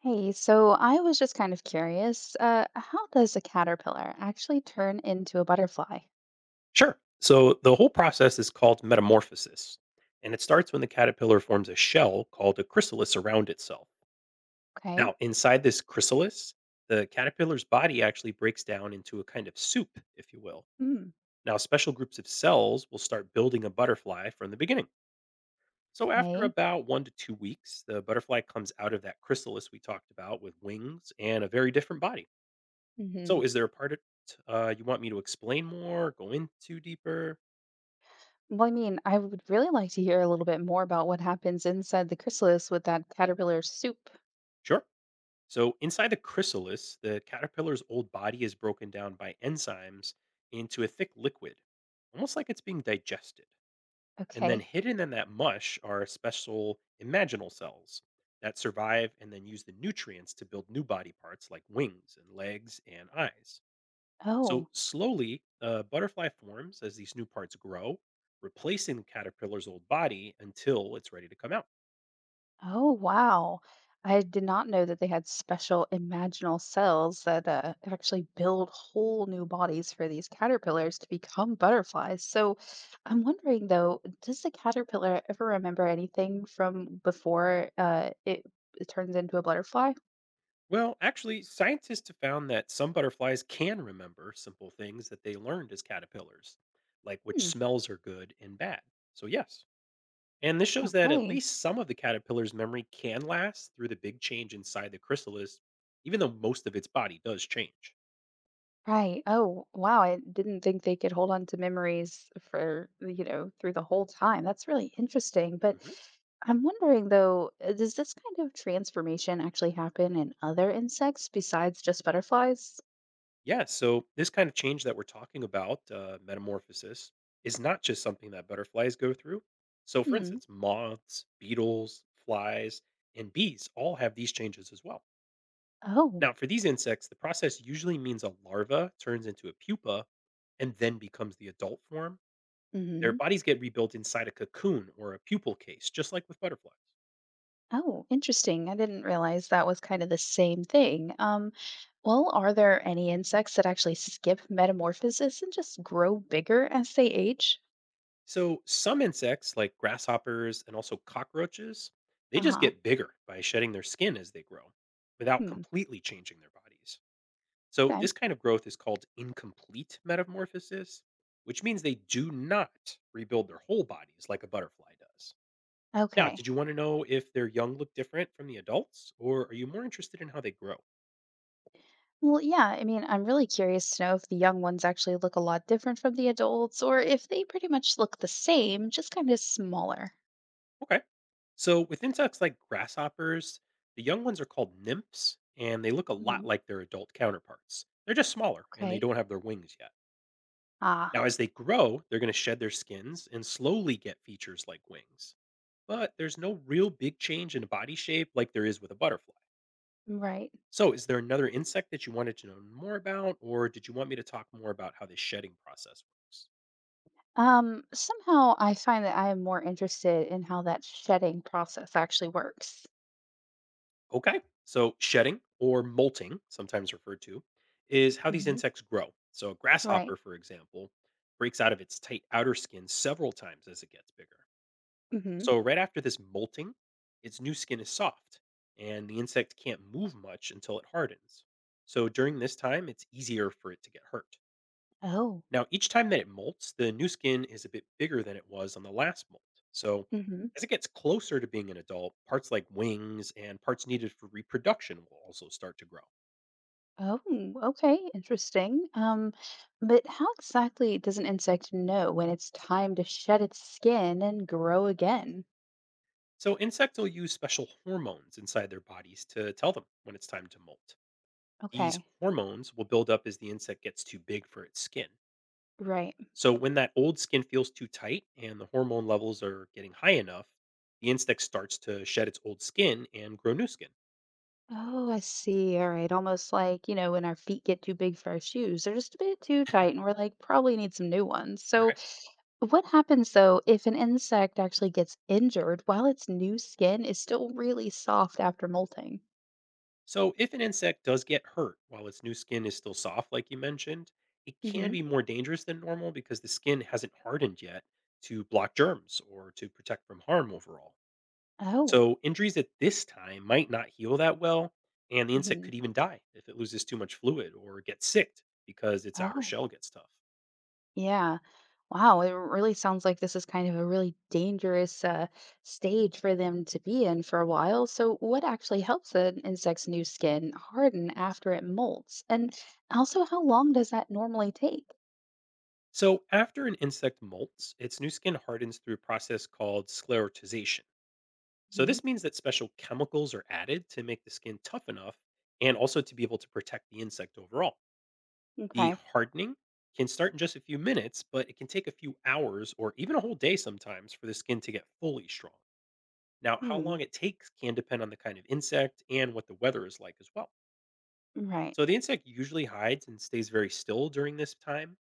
Hey, so I was just kind of curious, how does a caterpillar actually turn into a butterfly? Sure. So the whole process is called metamorphosis, and it starts when the caterpillar forms a shell called a chrysalis around itself. Okay. Now, inside this chrysalis, the caterpillar's body actually breaks down into a kind of soup, if you will. Mm, Now, special groups of cells will start building a butterfly from the beginning. So, after okay. about 1 to 2 weeks, the butterfly comes out of that chrysalis we talked about with wings and a very different body. Hmm. So, is there a part of, you want me to explain more, go into deeper? Well, I mean, I would really like to hear a little bit more about what happens inside the chrysalis with that caterpillar soup. Sure. So, inside the chrysalis, the caterpillar's old body is broken down by enzymes into a thick liquid, almost like it's being digested. And then Okay. hidden in that mush are special imaginal cells that survive and then use the nutrients to build new body parts like wings and legs and eyes. So, Oh. slowly, a butterfly forms as these new parts grow, replacing the caterpillar's old body until it's ready to come out. Oh, wow. I did not know that they had special imaginal cells that actually build whole new bodies for these caterpillars to become butterflies. So I'm wondering though, does the caterpillar ever remember anything from before it turns into a butterfly? Well, actually, scientists have found that some butterflies can remember simple things that they learned as caterpillars, like which Hmm, smells are good and bad. So, yes. And this shows that at okay. least some of the caterpillar's memory can last through the big change inside the chrysalis, even though most of its body does change. Right. Oh, wow. I didn't think they could hold on to memories for, through the whole time. That's really interesting. But Mhm. I'm wondering though, does this kind of transformation actually happen in other insects besides just butterflies? Yeah, so this kind of change that we're talking about, metamorphosis, is not just something that butterflies go through. So, for Hmm. instance, moths, beetles, flies, and bees all have these changes as well. Oh. Now, for these insects, the process usually means a larva turns into a pupa and then becomes the adult form. Their Mm-hmm. bodies get rebuilt inside a cocoon or a pupal case, just like with butterflies. Oh, interesting. I didn't realize that was kind of the same thing. Well, are there any insects that actually skip metamorphosis and just grow bigger as they age? So, some insects, like grasshoppers and also cockroaches, they just Uh-huh. get bigger by shedding their skin as they grow without Hmm. completely changing their bodies. So, Okay. this kind of growth is called incomplete metamorphosis, which means they do not rebuild their whole bodies like a butterfly does. Now, did Okay. you want to know if their young look different from the adults, or are you more interested in how they grow? Well, yeah, I mean, I'm really curious to know if the young ones actually look a lot different from the adults or if they pretty much look the same, just kind of smaller. Okay. So, with insects like grasshoppers, the young ones are called nymphs, and they look a lot Hmm. like their adult counterparts. They're just smaller and they Okay. don't have their wings yet. Ah, Now, as they grow, they're going to shed their skins and slowly get features like wings. But there's no real big change in body shape like there is with a butterfly. right. So, is there another insect that you wanted to know more about, or did you want me to talk more about how the shedding process works? Somehow I find that I am more interested in how that shedding process actually works. Okay. So, shedding or molting, sometimes referred to, is how these Hmm. insects grow. So, a Right. grasshopper, for example, breaks out of its tight outer skin several times as it gets bigger. Hmm. So, right after this molting, its new skin is soft and the insect can't move much until it hardens. So, during this time, it's easier for it to get hurt. Oh. Now, each time that it molts, the new skin is a bit bigger than it was on the last molt. So, Hmm. as it gets closer to being an adult, parts like wings and parts needed for reproduction will also start to grow. Oh, okay. Interesting. But how exactly does an insect know when it's time to shed its skin and grow again? So, insects will use special hormones inside their bodies to tell them when it's time to molt. These Okay. hormones will build up as the insect gets too big for its skin. Right. So, when that old skin feels too tight and the hormone levels are getting high enough, the insect starts to shed its old skin and grow new skin. Oh, I see. All right. Almost like, you know, when our feet get too big for our shoes, they're just a bit too tight, and we're like, probably need some new ones. So, what happens though if an insect actually gets injured while its new skin is still really soft after molting? So, if an insect does get hurt while its new skin is still soft, like you mentioned, it can Hmm. be more dangerous than normal because the skin hasn't hardened yet to block germs or to protect from harm overall. Oh. So, injuries at this time might not heal that well, and the insect Hmm. could even die if it loses too much fluid or gets sick because its outer Oh. shell gets tough. Yeah. Wow, it really sounds like this is kind of a really dangerous stage for them to be in for a while. So, what actually helps an insect's new skin harden after it molts? And also, how long does that normally take? So, after an insect molts, its new skin hardens through a process called sclerotization. So Hmm. this means that special chemicals are added to make the skin tough enough and also to be able to protect the insect overall. The Okay. hardening can start in just a few minutes, but it can take a few hours or even a whole day sometimes for the skin to get fully strong. Now, how Hmm. long it takes can depend on the kind of insect and what the weather is like as well. Right. So the insect usually hides and stays very still during this time,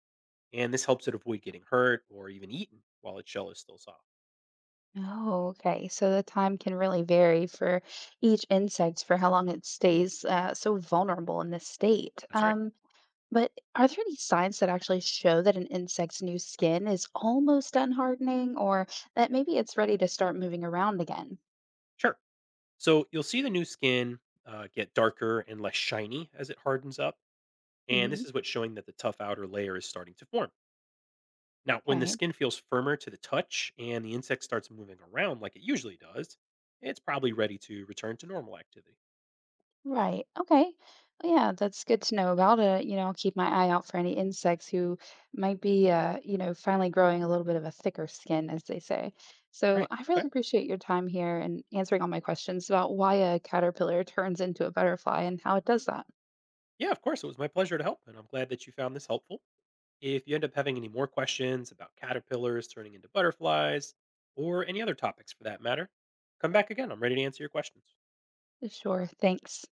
and this helps it avoid getting hurt or even eaten while its shell is still soft. Oh, okay. So the time can really vary for each insect for how long it stays so vulnerable in this state. That's right. But are there any signs that actually show that an insect's new skin is almost done hardening or that maybe it's ready to start moving around again? Sure. So you'll see the new skin get darker and less shiny as it hardens up. And Hmm. this is what's showing that the tough outer layer is starting to form. Now, when the Okay. skin feels firmer to the touch and the insect starts moving around like it usually does, it's probably ready to return to normal activity. Right. Okay. Well, yeah, that's good to know about it. You know, I'll keep my eye out for any insects who might be, finally growing a little bit of a thicker skin, as they say. So Right. I Okay. really appreciate your time here and answering all my questions about why a caterpillar turns into a butterfly and how it does that. Yeah, of course. It was my pleasure to help. And I'm glad that you found this helpful. If you end up having any more questions about caterpillars turning into butterflies or any other topics for that matter, come back again. I'm ready to answer your questions. Sure. Thanks.